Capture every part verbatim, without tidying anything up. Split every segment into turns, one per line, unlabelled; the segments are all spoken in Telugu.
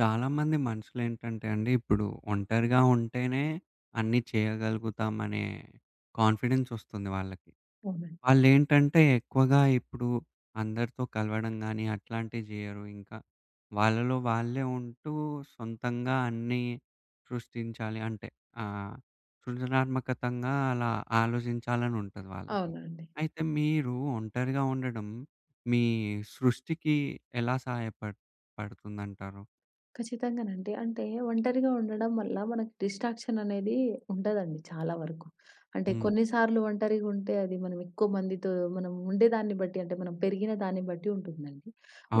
చాలామంది మనుషులేంటంటే అండి, ఇప్పుడు ఒంటరిగా ఉంటేనే అన్నీ చేయగలుగుతామనే కాన్ఫిడెన్స్ ఒస్తుంది వాళ్ళకి.
అవునండి.
వాళ్ళేంటంటే ఎక్కువగా ఇప్పుడు అందరితో కలవడం గానీ, అట్లాంటివి జెయ్యరు. ఇంకా వాళ్ళలో వాళ్ళే ఉంటూ సొంతంగా అన్నీ సృష్టించాలి అంటే ఆహ్, సృజనాత్మకతంగా అలా ఆలోచించాలనుంటది వాళ్ళకి.
అవునండి.
అయితే మీరు ఒంటరిగా ఉండడం మీ సృష్టికి ఎలా సహాయపడ్ పడుతుందంటారు?
ఖచ్చితంగానండి. అంటే ఒంటరిగా ఉండడం వల్ల మనకు డిస్ట్రాక్షన్ అనేది ఉండదండి చాలా వరకు. అంటే
హ్మ్.
కొన్ని సార్లు ఒంటరిగా ఉంటే అది మనం ఎక్కువ మందితో మనం ఉండేదాన్ని బట్టి అంటే మనం పెరిగిన దాన్ని బట్టి ఉంటుందండి.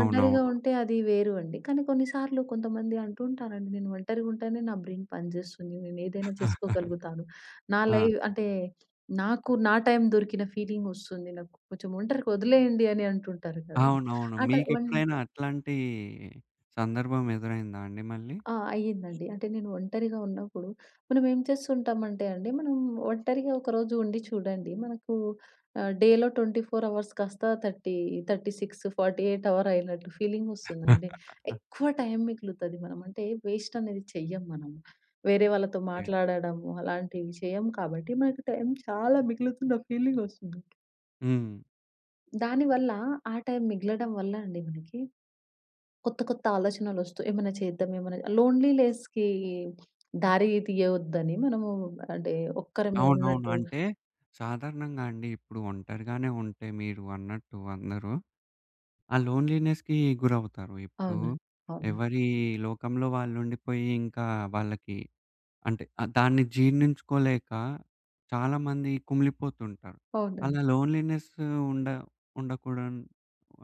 ఒంటరిగా ఉంటే అది వేరు అండి. కానీ కొన్ని సార్లు కొంతమంది అంటూ ఉంటారండి, నేను ఒంటరిగా ఉంటేనే నా బ్రెయిన్ పనిచేస్తుంది. నేను ఏదైనా చేసుకోగలుగుతాను. నా
ఆ!
లైవ్ అంటే నాకు నా టైం దొరికిన ఫీలింగ్ వస్తుంది. నాకు కొంచెం ఒంటరికి వదిలేయండి అని అంటుంటారు కదండీ.
అవునవును.
ఆ టై వన్
మీకెప్పుడైనా అట్లాంటి సందర్భం ఎదురైందా అండి మళ్ళీ?
ఆ! అయ్యిందండి. అంటే నేను ఒంటరిగా ఉన్నప్పుడు మనం ఏం చేస్తుంటామంటే అండి, మనం ఒంటరిగా ఒకరోజు ఉండి చూడండి. మనకు ఆహ్, డేలో ఇరవై నాలుగు అవర్స్ కాస్త ముప్పై, ముప్పై ఆరు, నలభై ఎనిమిది అవర్ అయినట్టు ఫీలింగ్ వస్తుందండి. ఎక్కువ టైం మిగులుతది మనం. అంటే వేస్ట్ అనేది చెయ్యం మనం. వేరే వాళ్ళతో
ఓకే.
మాట్లాడడము అలాంటివి చేయం కాబట్టి మనకి టైం చాలా మిగులుతున్న ఫీలింగ్ వస్తుంది.
హ్మ్.
దానివల్ల ఆ టైం మిగలడం వల్ల అండి మనకి కొత్త కొత్త ఆలోచనలొస్తూ ఏమైనా చేద్దాం, ఏమైనా లోన్లీనెస్‌కి దారి తీయొద్దని మనము అంటే ఒక్కరమే
అవునవును.
ఉన్నట్టు.
అంటే సాధారణంగా అండి ఇప్పుడు ఒంటరిగానే ఉంటే మీరు అన్నట్టు అందరూ, ఆ లోన్‌లీనెస్‌కి గురవుతారు. ఇప్పుడు
అవునండి. అవునండి.
ఎవరి లోకంలో వాళ్ళుండిపోయి ఇంకా వాళ్ళకి అంటే ఆహ్, దాన్ని జీర్ణించుకోలేక చాలామంది కుమిలిపోతుంటారు. అలా
అవునండి.
లోన్‌లీనెస్ ఉండ ఉండకూడన్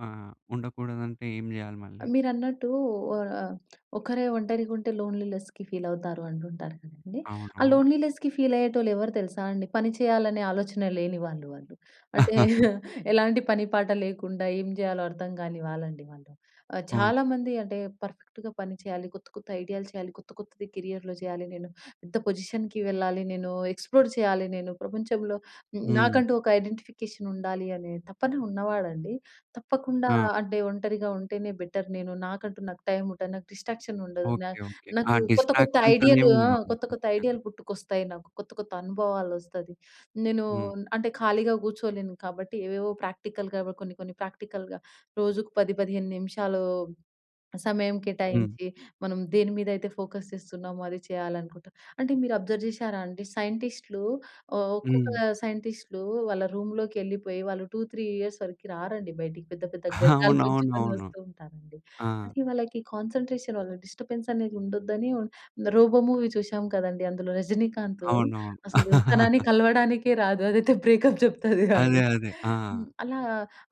ఆహ్, ఉండకూడదంటే ఏం జేయాలి మళ్ళీ?
మీరన్నట్టు ఆహ్, ఒకరే ఒంటరిగుంటే లోన్లీనెస్‌కి ఫీలవుతారు అంటుంటారు కదండీ. ఆ
అవును.
లోన్లీనెస్‌కి ఫీలయ్యేటోళ్ళు ఎవరు తెలుసా అండి? పని చేయాలనే ఆలోచన లేని వాళ్ళు వాళ్ళు. అంటే ఎలాంటి పని పాట లేకుండా ఏం జేయాలో అర్థం గాని వాళ్ళండి వాళ్ళు. ఆహ్,
ఓహ్!
చాలామంది అంటే పర్ఫెక్ట్‌గా పని చేయాలి, కొత్త కొత్త ఐడియాలు చేయాలి, కొత్త కొత్తది కెరియర్‌లో చేయాలి, నేను పెద్ద పొజిషన్‌కి వెళ్ళాలి, నేను ఎక్స్‌ప్లోర్ చేయాలి, నేను ప్రపంచంలో హ్మ్,
హ్మ్.
నాకంటూ ఒక ఐడెంటిఫికేషన్ ఉండాలి అనే తపన ఉన్నవాడండి తప్పకుండా.
ఆ!
అంటే ఒంటరిగా ఉంటేనే బెటర్. నేను నాకంటూ నాకు టైం ఉంటది. నాకు డిస్ట్రాక్షన్ ఉండదు. నా
ఓకే. ఓకే. ఆ
నాకు కొత్త కొత్త
డిస్ట్రాక్షన్స్
ఐడియాలు ఆ!
అనేవుండవు
కొత్త కొత్త
ముఖ్యంగా.
ఐడియాలు పుట్టుకొస్తాయి నాకు. కొత్త కొత్త అనుభవాలొస్తది. నేను
హ్మ్.
అంటే ఖాళీగా కూర్చోలేను కాబట్టి ఏవేవో ప్రాక్టికల్‌గా కొన్ని కొన్ని ప్రాక్టికల్‌గా రోజుకు పది, పదిహేను నిమిషాలు సమయం
హ్మ్.
కేటాయించి, మనం దేని మీదైతే ఫోకస్ చేస్తున్నామో అది చేయాలనుకుంటాం. అంటే మీరు అబ్జర్వ్ చేశారా అండి? సైంటిస్ట్‌లు ఆహ్, ఒక్కొక్క
హ్మ్.
సైంటిస్ట్‌లు వాళ్ళ రూమ్‌లోకెళ్ళిపోయి వాళ్ళు రెండు, మూడు ఇయర్స్ వరకి రారండి బయటికి. పెద్ద పెద్ద గడ్డాలు పెంచుకొని
అవునవునవును.
వస్తూ ఉంటారండి.
ఆ!
అది వాళ్ళకి కాన్సంట్రేషన్ వాళ్ళ డిస్టర్బెన్స్ అనేది ఉండొద్దని. రోబో మూవీ చూసాం కదండీ! అందులో రజనీకాంత్
అవునవును.
అసలు తనని కలవడానికే రాదు. అదైతే బ్రేకప్ చెప్తది
అదే.
ఆడికి.
అదే. ఆ!
హ్మ్. అలా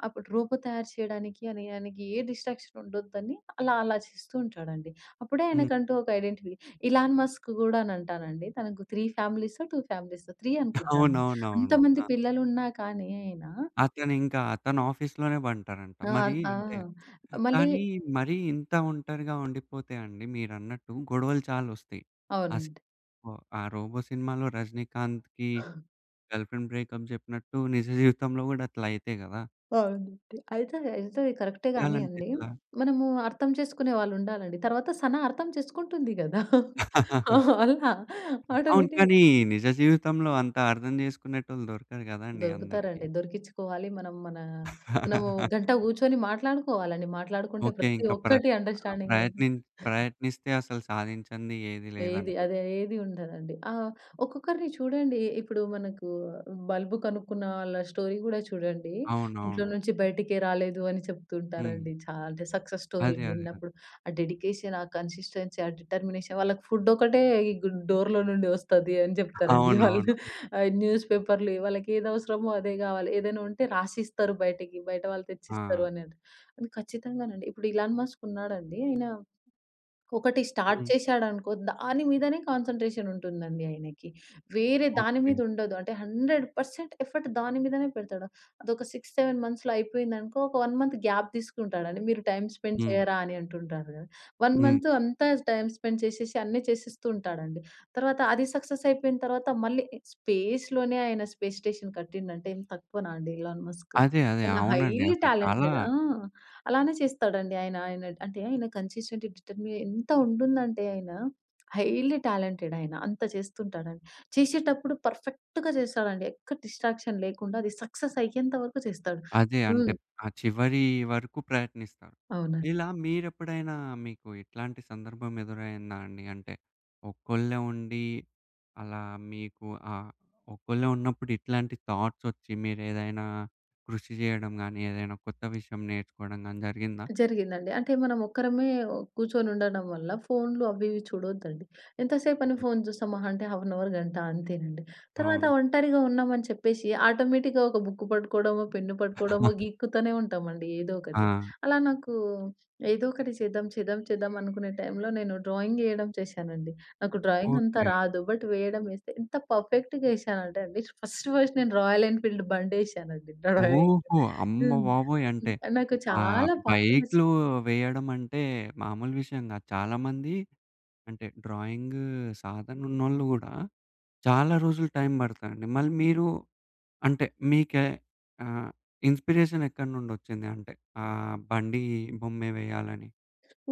అప్పుడు రూపు తయారు చేయడానికి అని ఆయనకి ఏ డిస్ట్రాక్షన్ ఉండొద్దని అలా అలా చేస్తూ ఉంటాడండి. అప్పుడే
హ్మ్.
ఆయనకంటూ ఒక ఐడెంటిటీ. Elon Musk గూడానంటానండి. తనకు మూడు ఫ్యామిలీసో, రెండు ఫ్యామిలీసో మూడు అనుకుంటాను.
అవునవునవును.
అంతమంది పిల్లలున్నా కానీ ఆయన
అతనింకా అతను ఆఫీస్‌లోనే బంటారంట. మరి
ఆహ్, ఆ!
అంటే
మళ్ళీ
కానీ మరీ ఇంత ఒంటరిగా ఉండిపోతే అండి మీరన్నట్టు గొడవలు చాలొస్తాయి. ఆ
అవునండి.
సినిమా ఆ 'రోబో' సినిమాలో రజనీకాంత్‌కి గర్ల్‌ఫ్రెండ్ బ్రేకప్ జెప్పినట్టు నిజ జీవితంలో గూడా అట్లా అయితాయి గదా!
అవునండి. అయితే అయితే కరెక్టే గానీ
చేయాలంటే
అండి,
ఎట్లా?
మనము అర్థం చేసుకునే వాళ్ళుండాలండి. తర్వాత సన అర్థం చేసుకుంటుంది గదా! అలా
అవును.
ఆటోమేటిక్.
కానీ నిజ జీవితంలో అంత అర్థం జేసుకునేటోళ్ళు దొరకరు గదండీ అందరికి.
దొరుకుతారండి. దొరికిచ్చుకోవాలి. మనం మన మనము గంట గూర్చొని మాట్లాడుకోవాలండి. మాట్లాడుకుంటే
ఓకే.
ప్రతి
ఇంకా ప్ర
ఒక్కటి
ఆ!
అండర్‌స్టాండింగ్ అవుతుంది.
ప్రయత్నిం ప్రయత్నిస్తే అసలు సాధించంది ఏది
ఏది
లేదంటారు.
అదే ఏది ఉండదండి. ఆ! ఒక్కొక్కరిని చూడండి. ఇప్పుడు మనకు బల్బు కనుక్కున్న వాళ్ళ స్టోరీ గూడా చూడండి. ఇంట్లో
అవునవును.
నుంచి బయటికే రాలేదు అని
హ్మ్.
చెప్తుంటారండి. చాలా అంటే సక్సెస్
అదే.
స్టోరీలు
అదే.
విన్నప్పుడు. ఆ డెడికేషన్, ఆ కన్సిస్టెన్సీ, ఆ డిటర్మినేషన్ వాళ్ళకి ఫుడ్ ఒకటే ఈ గు డోర్‌లో నుండి వస్తది అని చెప్తారండి వాళ్ళు.
అవునవును.
ఆహ్, న్యూస్ పేపర్‌లు వాళ్ళకి ఏది అవసరమో అదే గావాలి. ఏదైనా ఉంటే రాసిస్తారు బయటికి. బయట వాళ్ళు తెచ్చిస్తారు
ఆ!
అని. అది ఖచ్చితంగానండి. ఇప్పుడు ఇలాన్ మస్క్ ఉన్నాడండి. ఆయన ఒకటి స్టార్ట్
హ్మ్.
చేశాడనుకో, దాని మీదనే కాన్సంట్రేషన్ ఉంటుందండి ఆయనకి. వేరే దాని
ఓకే.
మీద ఉండదు. అంటే వంద శాతం ఎఫర్ట్ దాని మీదనే పెడతాడు. అదొక ఆరు, ఏడు మంత్స్‌లో అయిపోయిందనుకో, ఒక 1 మంత్ గ్యాప్ తీసుకుంటాడండి. మీరు టైమ్ స్పెండ్
హ్మ్.
చేయరా అని అంటుంటారు గదా! ఒక
హ్మ్.
మంత్ అంతా టైమ్ స్పెండ్ చేసేసి అన్నీ చేసేస్తూ ఉంటాడండి. తర్వాత అది సక్సెస్ అయిపోయిన తర్వాత మళ్ళీ స్పేస్‌లోనే ఆయన స్పేస్ స్టేషన్ కట్టిండంటే ఏం తక్కువనా అండి ఎలాన్ మస్క్?
అదే. అదే.
ఆయన
అవునండి.
హైలీ
అసలు చాలా
టాలెంటెడ్. ఆ! అలానే చేస్తాడండి ఆయన. ఆయన అంటే ఆయన కన్సిస్టెంట్ డిటర్మి ఎంత ఉంటుందంటే ఆయన హైలీ టాలెంటెడ్ ఆయన. అంత చేస్తుంటాడండి. చేసేటప్పుడు పర్ఫెక్ట్‌గా చేస్తాడండి. ఎక్కడ డిస్ట్రాక్షన్ లేకుండా అది సక్సెస్ అయ్యేంత వరకు చేస్తాడు.
అదే అంటే
హ్మ్.
ఆ చివరి వరకు ప్రయత్నిస్తారు.
అవునండి.
ఇలా మీరెప్పుడైనా మీకు ఇట్లాంటి సందర్భం ఎదురైందా అండి? అంటే ఒక్కళ్ళే ఉండి అలా మీకు ఆహ్, ఒక్కళ్ళే ఉన్నప్పుడు ఇట్లాంటి థాట్స్ ఒచ్చి మీరేదైనా కృషి చేయడం గాని, ఏదైనా కొత్త విషయం నేర్చుకోవడం గాని జరిగిందా?
జరిగిందండి. అంటే మనం ఒక్కరమే కూర్చొని ఉండడం వల్ల ఫోన్‌లు అవి ఇవి చూడొద్దండి. ఎంతసేపని
హ్మ్.
ఫోన్ చూస్తాం మహా అంటే హాఫ్ అన్ అవర్, గంట అంతేనండి. తర్వాత
అవును.
ఒంటరిగా ఉన్నామని చెప్పేసి ఆటోమేటిక్‌గా ఒక బుక్ పట్టుకోవడమో, పెన్ను పట్టుకోవడమో గీక్కుతూనే ఉంటామండి ఏదో
ఆ!
ఒకటి. అలా నాకు ఏదో ఒకటి చేద్దాం, చేద్దాం, చేద్దాం అనుకునే టైంలో నేను డ్రాయింగ్ ఏయడం చేశానండి. నాకు డ్రాయింగ్ అంతా
ఓకే.
రాదు. బట్ వేయడం ఏస్తే ఎంత పర్ఫెక్ట్‌గా ఏశానంటే అండి ఫస్ట్ ఫస్ట్ నేను రాయల్ ఎన్‌ఫీల్డ్ బండేశానండి డ్రాయింగ్.
ఓహో! అమ్మ
హ్మ్.
బాబోయ్! అంటే
హ్మ్. నాకు
ఆహ్,
చాలా బాగా నచ్చింది.
బైక్‌లు వేయడం అంటే మామూలు విషయం గాదు. చాలామంది అంటే డ్రాయింగ్ సాధన ఉన్నోళ్ళు గూడా చాలా రోజులు టైం పడతదండి. మళ్ళీ మీరు అంటే మీకే ఆహ్, ఇన్‌స్పిరేషన్ ఎక్కడి నుండొచ్చింది? అంటే ఆహ్, బండి బొమ్మే వేయాలని?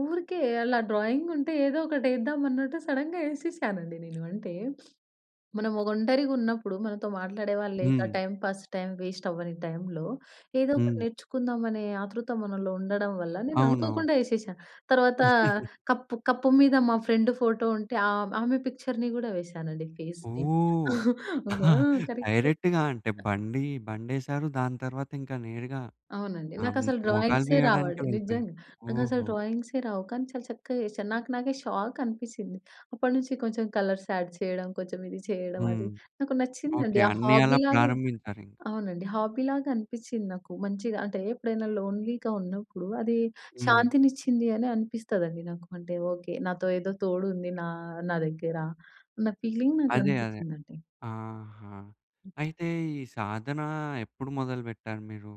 ఊరికే అలా డ్రాయింగ్ ఉంటే ఏదో ఒకటేద్దాం అన్నట్టు సడెన్‌గా ఏసేసానండి నేను. అంటే మనం ఒంటరిగున్నప్పుడు మనతో మాట్లాడే వాళ్ళు లేక
హ్మ్.
టైమ్ పాస్, టైమ్ వేస్ట్ అవ్వని టైంలో ఏదో ఒకటి
హ్మ్.
నేర్చుకుందాం అనే ఆతృత మనలో ఉండడం వల్ల నేను
అవునవును.
అనుకోకుండా ఏసేసాను. తర్వాత కప్పు కప్పు మీద మా ఫ్రెండ్ ఫోటో ఉంటే ఆహ్, ఆమె పిక్చర్‌ని గూడా వేశానండి ఫేస్‌ది.
ఓహ్!
ఆ! కరెక్ట్.
డైరెక్ట్‌గా అంటే బండి బండేశారు. దాని తర్వాత ఇంకా నేరుగా
అవునండి.
ఆహ్, మొ
నాకసలు
మొగాలు
డ్రాయింగ్సే
వేయడానికి
రావండి.
వెళ్ళిపోయారు.
నిజంగా. నాకసలు
ఓహో!
డ్రాయింగ్సే రావు. కానీ చాలా చక్కగా ఏశాను. నాకు నాకే షాక్ అనిపిచ్చింది. అప్పటినుంచి కొంచెం కలర్స్ యాడ్ చేయడం, కొంచెం ఇది చేయడం అది
హ్మ్.
నాకు
ఓకే.
నచ్చిందండి. ఆ
అన్నీ అలా
హాబీలాగా.
ప్రారంభించారింక.
అవునండి. హాబీలాగా అనిపిచ్చింది నాకు. మంచిగా అంటే ఎప్పుడైనా లోన్‌లీగా ఉన్నప్పుడు అది
హ్మ్.
శాంతినిచ్చింది అని అనిపిస్తదండి నాకు. అంటే ఓకే. నాతో ఏదో తోడు ఉంది నా నా దగ్గర అన్న ఫీలింగ్ నాకు
అదే. అదే.
అనిపిచ్చిందండి.
ఆహా! అయితే ఈ సాధన ఎప్పుడు మొదలుబెట్టారు మీరు?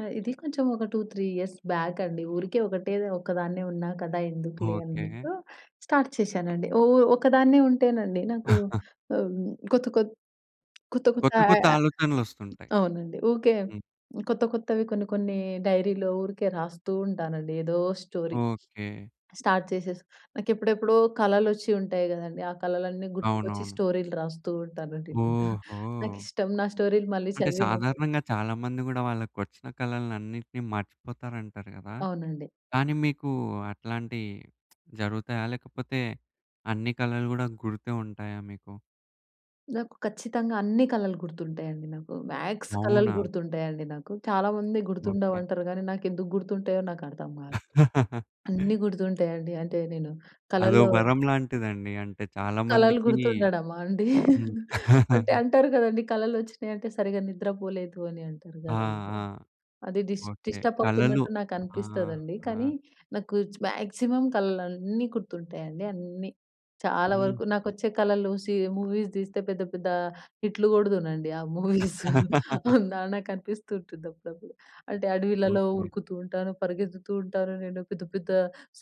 ఆ! ఇది కొంచెం ఒక రెండు, మూడు ఇయర్స్ బ్యాక్ అండి. ఊరికే ఒకటే ఒకదాన్నే ఉన్నా కదా! ఎందుకులే
ఓకే.
అన్నట్టు స్టార్ట్ చేశానండి. ఓ ఒకదాన్నే ఉంటేనండి నాకు ఆహ్, కొత్త కొత్ కొత్త కొత్త
కొత్త
ఆ
కొత్త ఆలోచనలొస్తుంటాయి.
ఆ అవునండి. ఊకే
హ్మ్.
కొత్త కొత్తవి కొన్ని కొన్ని డైరీలో ఊరికే రాస్తూ ఉంటానండి. ఏదో స్టోరీ
ఓకే.
స్టార్ట్ చేసేసి నాకెప్పుడెప్పుడో కలలొచ్చి ఉంటాయి గదండీ! ఆ కలలన్నీ గుర్తుకొచ్చి
అవునవును.
స్టోరీలు రాస్తూ ఉంటానండి నేను.
ఓహో!
నాకిష్టం. నా స్టోరీలు మళ్ళీ
అంటే
చదివినప్పుడు.
సాధారణంగా చాలా మంది గూడా వాళ్ళకొచ్చిన కలలనన్నిటిని మర్చిపోతారంటారు గదా!
అవునండి.
కానీ మీకు అట్లాంటియి జరుగుతాయా? లేకపోతే అన్ని కళలు గూడా గుర్తే ఉంటాయా మీకు?
నాకు ఖచ్చితంగా అన్ని కలలు గుర్తుంటాయండి నాకు. మ్యాక్స్ కలలు
అవునా?
గుర్తుంటాయండి నాకు. చాలామంది
ఓకే.
గుర్తుండవంటారు గానీ, నాకెందుకు గుర్తుంటాయో నాకు అర్థం కాదు. అన్నీ గుర్తుంటాయండి. అంటే నేను
అదో
కలలో
వరం లాంటిదండి. అంటే చాలా
కలలు
మందికి
గుర్తుండడమా అండి?
హ్మ్.
అంటే అంటారు కదండీ కలలొచ్చినాయంటే సరిగ్గా నిద్రపోలేదు అని అంటారు
ఆ!
గదండీ.
ఆ!
అది డిస్
ఓకే.
డిస్టర్బ్
కలలు
అవుతున్నట్టు నాకనిపిస్తదండి.
ఆహా!
కానీ నాకు చ్ మాక్సిమం కలలన్నీ గుర్తుంటాయండి. అన్నీ. చాలా
హ్మ్.
వరకు నాకొచ్చే కలలు సి మూవీస్ దీస్తే పెద్ద పెద్ద హిట్లు గొడుదునండి ఆ మూవీస్. నా నాకనిపిస్తూ ఉంటుంది అప్పుడప్పుడు. అంటే అడవిలలో
ఓకే.
ఉరుకుతూ ఉంటాను, పరిగెత్తుతూ ఉంటాను నేను. పెద్ద పెద్ద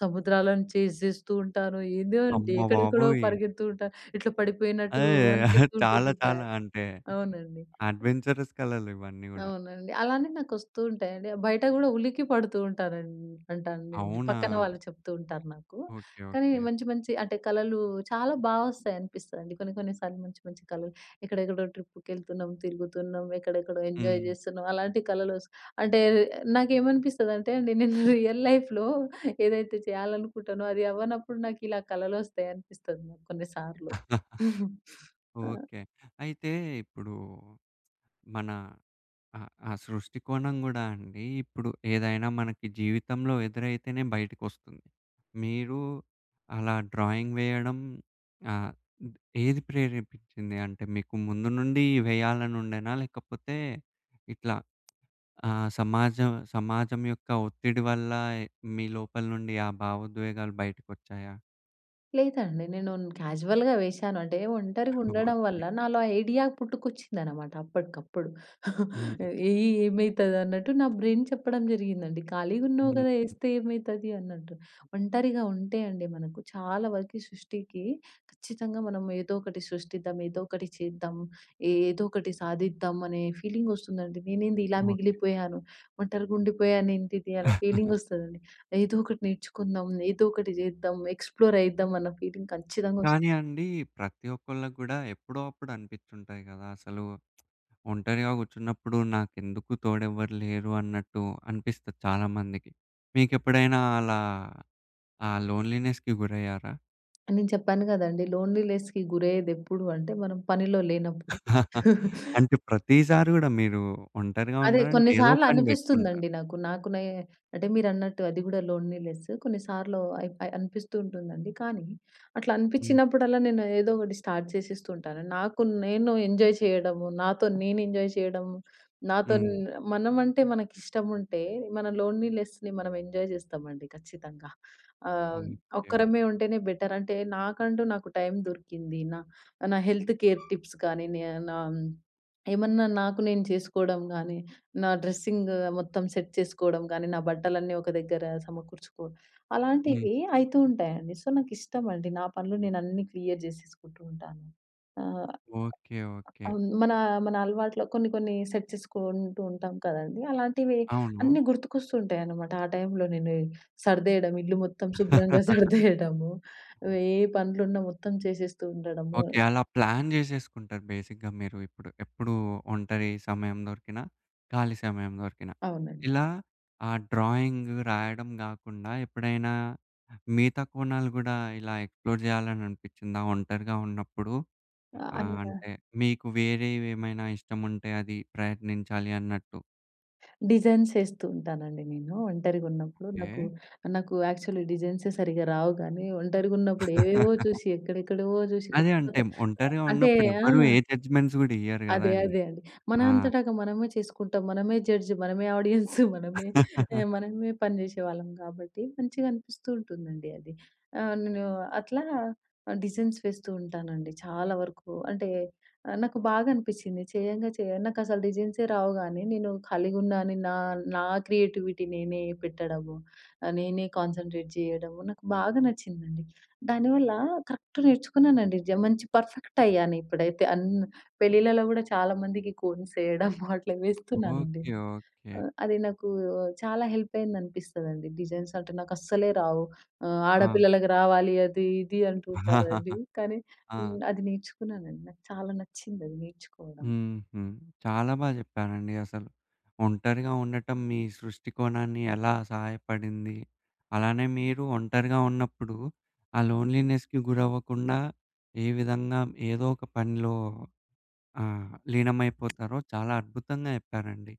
సముద్రాలను చేజ్ చేస్తూ ఉంటాను. ఏందో అండి
అమ్మ
ఎక్కడెక్కడో
బాబోయ్!
పరిగెడుతూ ఉంటాను. ఇట్లా పడిపోయినట్టు
ఏయ్!
అనిపిస్తూ
చాలా
ఉంటుంది
చాలా
బ్యాగ్.
అంటే
అవునండి.
అడ్వెంచరస్ కలలు ఇవన్నీ గూడా.
అవునండి. అలానే నాకొస్తూ ఉంటాయండి. బయట గూడా ఉలికి పడుతూ ఉంటానన్ అంటానండి.
అవునా?
పక్కన వాళ్ళు చెప్తూ ఉంటారు నాకు.
ఓకే.
కానీ
ఓకే.
మంచి మంచి అంటే కలలు చాలా బా వస్తాయనిపిస్తదండి. కొన్ని కొన్ని సార్లు మంచి మంచి కలలు ఎక్కడెక్కడో ట్రిప్‌కెళ్తున్నాం, తిరుగుతున్నాం, ఎక్కడెక్కడో ఎంజాయ్
హ్మ్.
జేస్తున్నాం. అలాంటి కలలోస్ అంటే నాకేమనిపిస్తదంటే అండి నేను రియల్ లైఫ్‌లో ఏదైతే చేయాలనుకుంటానో అది అవ్వనప్పుడు నాకు ఇలా కలలొస్తాయనిపిస్తది నాకు కొన్ని సార్లు. ఆ!
ఓకే. అయితే ఇప్పుడు మన ఆ! ఆ సృష్టికోణం గూడా అండి. ఇప్పుడు ఏదైనా మనకి జీవితంలో ఎదురైతేనే బయటికొస్తుంది. మీరు అలా డ్రాయింగ్ వేయడం ఆహ్, ద్ ఏది ప్రేరేపించింది? అంటే మీకు ముందు నుండి వేయాలని ఉండేనా? లేకపోతే ఇట్లా ఆహ్, సమాజం సమాజం యొక్క ఒత్తిడి వల్ల మీ లోపల నుండి ఆ భావోద్వేగాలు బయటికొచ్చాయా?
లేదండి. నేను క్యాజువల్‌గా వేశాను. అంటే ఒంటరిగా ఉండడం వల్ల
ఓకే.
నాలో ఐడియా పుట్టుకొచ్చిందనమాట అప్పటికప్పుడు.
హ్మ్.
ఏయి ఏమైతదన్నట్టు నా బ్రెయిన్ చెప్పడం జరిగిందండి. ఖాళీగా ఉన్నావు
హ్మ్.
కదా! ఏస్తే ఏమైతది అన్నట్టు. ఒంటరిగా ఉంటే అండి మనకు చాలా వరకు సృష్టికి ఖచ్చితంగా మనం ఏదో ఒకటి సృష్టిద్దాం, ఏదో ఒకటి చేద్దాం, ఏదో ఒకటి సాధిద్దాం అనే ఫీలింగొస్తుందండి. నేనేంది ఇలా
ఓకే.
మిగిలిపోయాను, ఒంటరిగా ఉండిపోయానేంటిది అనే ఫీలింగొస్తదండి. ఏదో ఒకటి నేర్చుకుందాం, ఏదో ఒకటి చేద్దాం, ఎక్స్‌ప్లోర్ అయిద్దాం అన్న ఫీలింగ్ ఖచ్చితంగా వస్తుంది.
కానీ అండి ప్రతి ఒక్కళ్ళకి గూడా ఎప్పుడో అప్పుడు అనిపిచ్చుంటాయి గదా! అసలు ఒంటరిగా కూర్చున్నప్పుడు నాకెందుకు తోడెవ్వరు లేరు అన్నట్టు అనిపిస్తది చాలామందికి. మీకెప్పుడైనా అలా ఆ లోన్‌లీనెస్‌కి గురయ్యారా?
నేను చెప్పాను కదండీ! లోన్లీనెస్‌కి గురయ్యేదెప్పుడు అంటే, మనం పనిలో లేనప్పుడు.
అంటే ప్రతిసారి గూడా మీరు ఒంటరిగా
అదే
ఉన్నారంటే
కొన్ని
ఏదో
సార్లు
పని పెట్టుకుంటారు.
అనిపిస్తుందండి నాకు. నాకు నే అంటే మీరన్నట్టు అది గూడా లోన్‌లీనెస్ కొన్నిసార్లు అయి అయి అనిపిస్తూ ఉంటుందండి. కానీ అట్లా
హ్మ్.
అనిపించినప్పుడల్లా నేను ఏదో ఒకటి స్టార్ట్ చేసేస్తూ ఉంటాను. నాకు నేను ఎంజాయ్ చేయడము, నాతో నేను ఎంజాయ్ చేయడము, నాతో
హ్మ్.
న- మనం అంటే మనకిష్టముంటే మన లోన్‌లీనెస్‌ని మనం ఎంజాయ్ చేస్తామండి ఖచ్చితంగా.
ఓకే.
ఆహ్,
ఓకే.
ఒక్కరమే ఉంటేనే బెటర్. అంటే నాకంటూ నాకు టైం దొరికింది. నా నా హెల్త్ కేర్ టిప్స్ కానీ, నే నా ఏమన్నా నాకు నేను చేసుకోవడం గానీ నా డ్రెస్సింగ్ మొత్తం సెట్ చేసుకోవడం గానీ, నా బట్టలన్నీ ఒక దగ్గర సమకూర్చుకోవడం.
హ్మ్.
అలాంటివి అయితూ ఉంటాయండి. సో, నాకిష్టమండి. నా పనులు నేనన్నీ క్లియర్ జేసేసుకుంటూ ఉంటాను. ఆహ్.
ఓకే. ఓకే.
అవును. మన మన అలవాట్లో కొన్ని కొన్ని సెట్ చేసుకుంటూ ఉంటాం కదండీ! అలాంటివి
అవును.
అన్నీ గుర్తుకొస్తుంటాయన్నమాట. ఆ టైంలో నేను సర్దేయడం, ఇల్లు మొత్తం శుభ్రంగా సర్దేయడము, ఏ పనులున్నా మొత్తం చేసేస్తూ ఉండడము.
ఓకే. అలా ప్లాన్ జేసేసుకుంటారు బేసిక్‌గా మీరు ఇప్పుడు. ఎప్పుడు ఒంటరి సమయం దొరికినా, ఖాళీ సమయం దొరికినా.
అవునండి.
ఇలా ఆ డ్రాయింగ్ రాయడం గాకుండా ఎప్పుడైనా మిగతా కోణాలు గూడా ఇలా ఎక్స్‌ప్లోర్ జేయాలని అనిపిచ్చిందా ఒంటరిగా ఉన్నప్పుడు?
ఆహ్,
ఆహ్,
అలా
అంటే మీకు వేరేవేమైనా ఇష్టముంటే అది ప్రయత్నించాలి అన్నట్టు.
డిజైన్స్ ఏస్తూ ఉంటానండి నేను. ఒంటరిగున్నప్పుడు
ఓకే.
నాకు, నాకు యాక్చువల్లీ డిజైన్సే సరిగ్గా రావు గానీ, ఒంటరిగున్నప్పుడు ఏవేవో చూసి, ఎక్కడెక్కడవో చూసి
అదే
కొత్త
అంటే
కొత్త.
ఒంటరిగా
అంటే
ఉన్నప్పుడు
ఆ!
ఎవ్వరు ఏ జడ్జ్‌మెంట్స్ గూడా ఇయ్యరు
అదే.
గదండీ.
అదే అండి. మన
ఆ!
అంతటగా మనమే చేసుకుంటాం. మనమే జడ్జ్, మనమే ఆడియన్స్, మనమే ఆహ్, మనమే పని జేసేవాళ్ళం కాబట్టి మంచిగా అనిపిస్తూ ఉంటుందండి అది. ఆహ్, నేను అట్లా డిజైన్స్ వేస్తూ ఉంటానండి చాలా వరకు. అంటే ఆహ్, నాకు బాగా అనిపిచ్చింది. చేయంగా చేయ నాకసలు డిజైన్సే రావు గానీ, నేను ఖాళీగున్నా అని నా, నా క్రియేటివిటీ నేనే పెట్టడము, ఆహ్, నేనే కాన్సంట్రేట్ జేయడము నాకు బాగా నచ్చిందండి. దానివల్ల కరెక్ట్ నేర్చుకున్నానండి. జ మంచి పర్ఫెక్ట్ అయ్యాను ఇప్పుడైతే అన్ పెళ్ళిళ్ళలో గూడా చాలా మందికి కోన్స్ ఎయడము అట్లా వేస్తున్నానండి.
ఓకే. ఓకే.
ఆహ్, అది నాకు చాలా హెల్ప్ అయిందనిపిస్తదండి. డిజైన్స్ అంటే నాకస్సలే రావు. ఆహ్,
ఆ!
ఆడపిల్లలకి రావాలి అది ఇది అంటుంటారండి. కానీ
ఆ!
హ్మ్. అది నేర్చుకున్నానండి. నాకు చాలా నచ్చిందది నేర్చుకోవడం.
హుహు. చాలా బా చెప్పారండి అసలు. ఒంటరిగా ఉండటం మీ సృష్టి కోణాన్ని ఎలా సహాయపడింది? అలానే మీరు ఒంటరిగా ఉన్నప్పుడు ఆ లోన్‌లీనెస్‌కి గురవ్వకుండా ఏ విధంగా ఏదో ఒక పనిలో ఆహ్, లీనమైపోతారో చాలా అద్భుతంగా చెప్పారండి.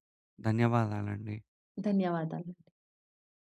ధన్యవాదాలండి.
ధన్యవాదాలు.